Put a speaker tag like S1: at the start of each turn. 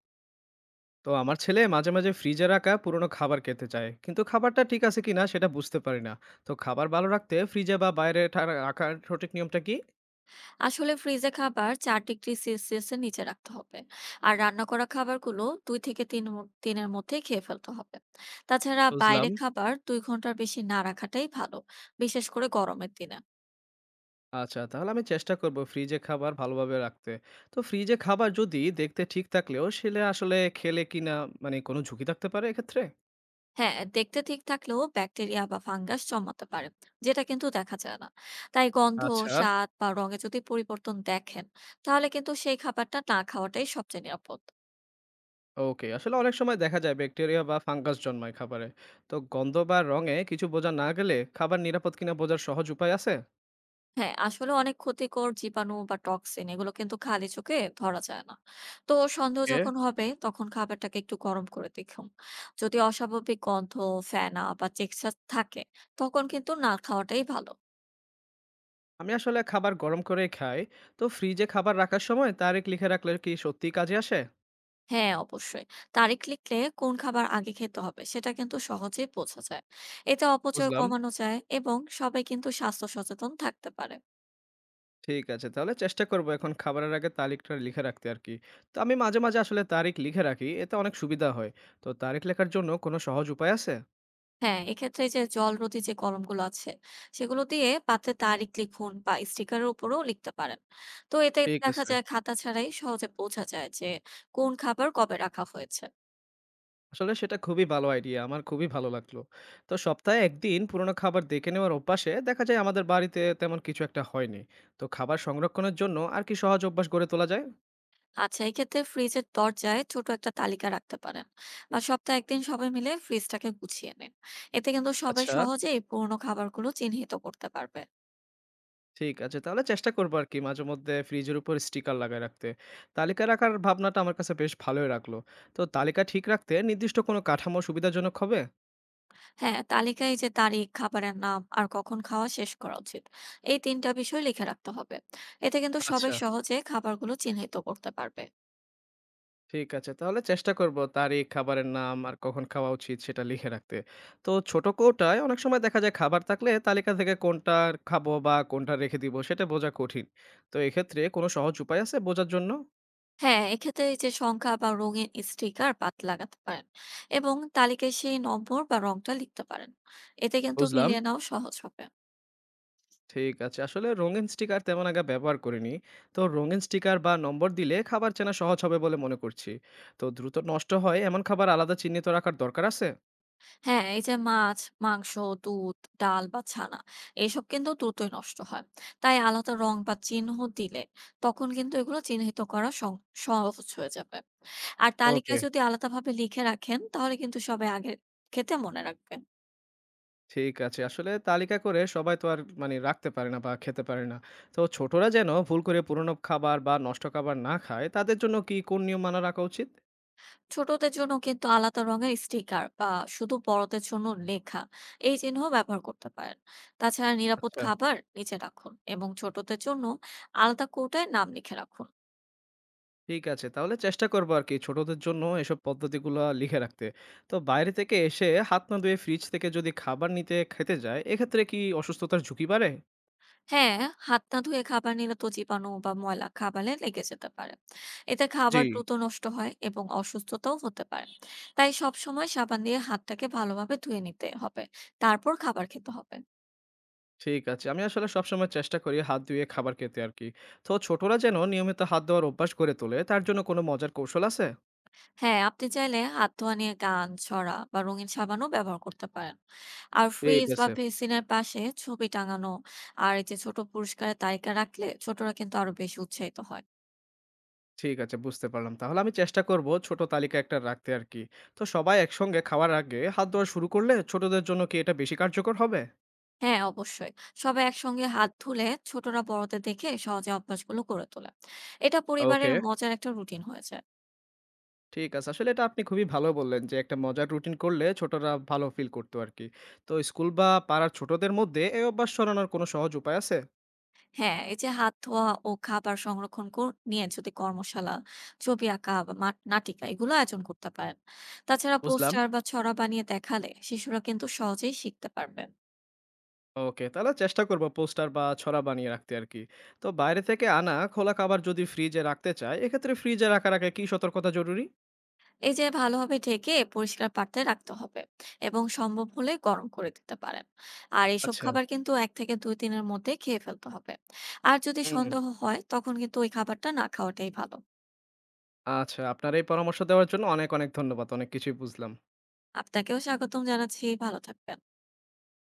S1: তো আমার ছেলে মাঝে মাঝে ফ্রিজে রাখা পুরনো খাবার খেতে চায়, কিন্তু খাবারটা ঠিক আছে কিনা সেটা বুঝতে পারি না। তো খাবার ভালো রাখতে ফ্রিজে বা বাইরে রাখার সঠিক নিয়মটা কি?
S2: আসলে ফ্রিজে খাবার ৪ ডিগ্রি সেলসিয়াস এর নিচে রাখতে হবে। আর রান্না করা খাবারগুলো ২ থেকে ৩ দিনের মধ্যে খেয়ে ফেলতে হবে। তাছাড়া বাইরে
S1: বুঝলাম।
S2: খাবার ২ ঘন্টার বেশি না রাখাটাই ভালো, বিশেষ করে গরমের দিনে।
S1: আচ্ছা, তাহলে আমি চেষ্টা করব ফ্রিজে খাবার ভালোভাবে রাখতে। তো ফ্রিজে খাবার যদি দেখতে ঠিক থাকলেও সেটা আসলে খেলে কিনা, মানে কোনো ঝুঁকি থাকতে পারে এক্ষেত্রে?
S2: হ্যাঁ, দেখতে ঠিক থাকলেও ব্যাকটেরিয়া বা ফাঙ্গাস জন্মাতে পারে, যেটা কিন্তু দেখা যায় না। তাই গন্ধ,
S1: আচ্ছা।
S2: স্বাদ বা রঙে যদি পরিবর্তন দেখেন, তাহলে কিন্তু সেই খাবারটা না খাওয়াটাই সবচেয়ে নিরাপদ।
S1: ওকে, আসলে অনেক সময় দেখা যায় ব্যাকটেরিয়া বা ফাঙ্গাস জন্মায় খাবারে। তো গন্ধ বা রঙে কিছু বোঝা না গেলে খাবার নিরাপদ কিনা বোঝার সহজ উপায় আছে?
S2: হ্যাঁ, আসলে অনেক ক্ষতিকর জীবাণু বা টক্সিন এগুলো কিন্তু খালি চোখে ধরা যায় না। তো সন্দেহ যখন হবে তখন খাবারটাকে একটু গরম করে দেখুন। যদি অস্বাভাবিক গন্ধ, ফেনা বা টেক্সচার থাকে, তখন কিন্তু না খাওয়াটাই ভালো।
S1: আমি আসলে খাবার গরম করে খাই। তো ফ্রিজে খাবার রাখার সময় তারিখ লিখে রাখলে কি সত্যিই কাজে আসে?
S2: হ্যাঁ, অবশ্যই। তারিখ লিখলে কোন খাবার আগে খেতে হবে সেটা কিন্তু সহজেই বোঝা যায়। এতে অপচয়
S1: বুঝলাম।
S2: কমানো যায় এবং সবাই কিন্তু স্বাস্থ্য সচেতন থাকতে পারে।
S1: ঠিক আছে। তাহলে চেষ্টা করব এখন খাবারের আগে তারিখটা লিখে রাখতে আরকি। তো আমি মাঝে মাঝে আসলে তারিখ লিখে রাখি। এতে অনেক সুবিধা হয়। তো তারিখ লেখার জন্য কোনো সহজ উপায় আছে?
S2: হ্যাঁ, এক্ষেত্রে এই যে জলরোধী যে কলমগুলো আছে, সেগুলো দিয়ে পাত্রে তারিখ লিখুন বা স্টিকারের উপরেও লিখতে পারেন। তো এতে
S1: ঠিক
S2: দেখা
S1: আছে।
S2: যায় খাতা ছাড়াই সহজে বোঝা যায় যে কোন খাবার কবে রাখা হয়েছে।
S1: আসলে সেটা খুবই ভালো আইডিয়া। আমার খুবই ভালো লাগলো। তো সপ্তাহে ১ দিন পুরনো খাবার দেখে নেওয়ার অভ্যাসে দেখা যায় আমাদের বাড়িতে তেমন কিছু একটা হয়নি। তো খাবার সংরক্ষণের জন্য আর কি সহজ অভ্যাস গড়ে তোলা যায়?
S2: আচ্ছা, এক্ষেত্রে ফ্রিজের দরজায় ছোট একটা তালিকা রাখতে পারেন বা সপ্তাহে ১ দিন সবাই মিলে ফ্রিজটাকে গুছিয়ে নিন। এতে কিন্তু সবাই
S1: আচ্ছা।
S2: সহজেই পুরনো খাবারগুলো চিহ্নিত করতে পারবে।
S1: ঠিক আছে। তাহলে চেষ্টা করব আরকি মাঝেমধ্যে ফ্রিজের উপর স্টিকার লাগায় রাখতে। তালিকা রাখার ভাবনাটা আমার কাছে বেশ ভালোই লাগলো। তো তালিকা ঠিক রাখতে নির্দিষ্ট কোনো কাঠামো সুবিধাজনক হবে?
S2: হ্যাঁ, তালিকায় যে তারিখ, খাবারের নাম আর কখন খাওয়া শেষ করা উচিত, এই ৩ টা বিষয় লিখে রাখতে হবে। এতে কিন্তু
S1: আচ্ছা,
S2: সবাই সহজে খাবারগুলো চিহ্নিত করতে পারবে।
S1: ঠিক আছে। তাহলে চেষ্টা করব তারিখ, খাবারের নাম আর কখন খাওয়া উচিত সেটা লিখে রাখতে। তো ছোট কৌটায় অনেক সময় দেখা যায় খাবার থাকলে তালিকা থেকে কোনটা খাবো বা কোনটা রেখে দিব সেটা বোঝা কঠিন। তো এক্ষেত্রে কোনো সহজ উপায় আছে বোঝার জন্য?
S2: হ্যাঁ, এক্ষেত্রে এই যে সংখ্যা বা রঙিন স্টিকার বাদ লাগাতে পারেন এবং তালিকায় সেই নম্বর বা রংটা লিখতে পারেন। এতে কিন্তু
S1: বুঝলাম।
S2: মিলিয়ে নেওয়া সহজ হবে।
S1: ঠিক আছে। আসলে রঙিন স্টিকার তেমন আগে ব্যবহার করিনি। তো রঙিন স্টিকার বা নম্বর দিলে খাবার চেনা সহজ হবে বলে মনে করছি। তো দ্রুত নষ্ট হয় এমন খাবার আলাদা চিহ্নিত রাখার দরকার আছে?
S2: হ্যাঁ, এই যে মাছ, মাংস, দুধ, ডাল বা ছানা, এসব কিন্তু দ্রুতই নষ্ট হয়। তাই আলাদা রং বা চিহ্ন দিলে তখন কিন্তু এগুলো চিহ্নিত করা সহজ হয়ে যাবে। আর
S1: ওকে।
S2: তালিকায় যদি আলাদাভাবে লিখে রাখেন, তাহলে কিন্তু সবাই আগের ক্ষেত্রে মনে রাখবেন।
S1: ঠিক আছে। আসলে তালিকা করে সবাই তো আর মানে রাখতে পারে না বা খেতে পারে না। তো ছোটরা যেন ভুল করে পুরনো খাবার বা নষ্ট খাবার না খায়, তাদের জন্য কি কোন নিয়ম মানা রাখা উচিত?
S2: ছোটদের জন্য কিন্তু আলাদা রঙের স্টিকার বা শুধু বড়দের জন্য লেখা, এই চিহ্ন ব্যবহার করতে পারেন। তাছাড়া নিরাপদ
S1: আচ্ছা,
S2: খাবার নিচে রাখুন এবং ছোটদের জন্য আলাদা কৌটায় নাম লিখে রাখুন।
S1: ঠিক আছে। তাহলে চেষ্টা করবো আরকি ছোটদের জন্য এসব পদ্ধতিগুলা লিখে রাখতে। তো বাইরে থেকে এসে হাত না ধুয়ে ফ্রিজ থেকে যদি খাবার নিতে খেতে যায়, এক্ষেত্রে কি অসুস্থতার ঝুঁকি বাড়ে?
S2: হ্যাঁ, হাত না ধুয়ে খাবার নিলে তো জীবাণু বা ময়লা খাবারে লেগে যেতে পারে। এতে
S1: জি।
S2: খাবার দ্রুত নষ্ট হয় এবং অসুস্থতাও হতে পারে। তাই সবসময় সাবান দিয়ে হাতটাকে ভালোভাবে ধুয়ে নিতে হবে। তারপর খাবার খেতে হবে।
S1: ঠিক আছে। আমি আসলে সবসময় চেষ্টা করি হাত ধুয়ে খাবার খেতে আরকি। তো ছোটরা যেন নিয়মিত হাত ধোয়ার অভ্যাস গড়ে তোলে, তার জন্য কোনো মজার কৌশল আছে?
S2: হ্যাঁ, আপনি চাইলে হাত ধোয়া নিয়ে গান, ছড়া বা রঙিন সাবানও ব্যবহার করতে পারেন। আর
S1: ঠিক
S2: ফ্রিজ বা
S1: আছে,
S2: বেসিনের পাশে ছবি টাঙানো আর এই যে ছোট পুরস্কারের তালিকা রাখলে ছোটরা কিন্তু আরো বেশি উৎসাহিত হয়।
S1: ঠিক আছে, বুঝতে পারলাম। তাহলে আমি চেষ্টা করবো ছোট তালিকা একটা রাখতে আরকি। তো সবাই একসঙ্গে খাওয়ার আগে হাত ধোয়া শুরু করলে ছোটদের জন্য কি এটা বেশি কার্যকর হবে?
S2: হ্যাঁ, অবশ্যই। সবাই একসঙ্গে হাত ধুলে ছোটরা বড়দের দেখে সহজে অভ্যাসগুলো গড়ে তোলে। এটা
S1: ওকে।
S2: পরিবারের মজার একটা রুটিন হয়েছে।
S1: ঠিক আছে। আসলে এটা আপনি খুবই ভালো বললেন যে, একটা মজার রুটিন করলে ছোটরা ভালো ফিল করতো আরকি। তো স্কুল বা পাড়ার ছোটদের মধ্যে এই অভ্যাস ছড়ানোর কোনো সহজ উপায় আছে?
S2: হ্যাঁ, এই যে হাত ধোয়া ও খাবার সংরক্ষণ কর নিয়ে যদি কর্মশালা, ছবি আঁকা বা মাট নাটিকা এগুলো আয়োজন করতে পারেন। তাছাড়া
S1: বুঝলাম।
S2: পোস্টার বা ছড়া বানিয়ে দেখালে শিশুরা কিন্তু সহজেই শিখতে পারবেন।
S1: ওকে, তাহলে চেষ্টা করব পোস্টার বা ছড়া বানিয়ে রাখতে আরকি। তো বাইরে থেকে আনা খোলা খাবার যদি ফ্রিজে রাখতে চাই, এক্ষেত্রে ফ্রিজে রাখার আগে কি সতর্কতা জরুরি?
S2: এই যে ভালোভাবে ঢেকে পরিষ্কার পাত্রে রাখতে হবে এবং সম্ভব হলে গরম করে দিতে পারেন। আর এইসব
S1: আচ্ছা।
S2: খাবার কিন্তু ১ থেকে ২ দিনের মধ্যে খেয়ে ফেলতে হবে। আর যদি
S1: হুম।
S2: সন্দেহ হয় তখন কিন্তু ওই খাবারটা না খাওয়াটাই ভালো।
S1: আচ্ছা, আপনার এই পরামর্শ দেওয়ার জন্য অনেক ধন্যবাদ। অনেক কিছুই বুঝলাম।
S2: আপনাকেও স্বাগতম জানাচ্ছি। ভালো থাকবেন।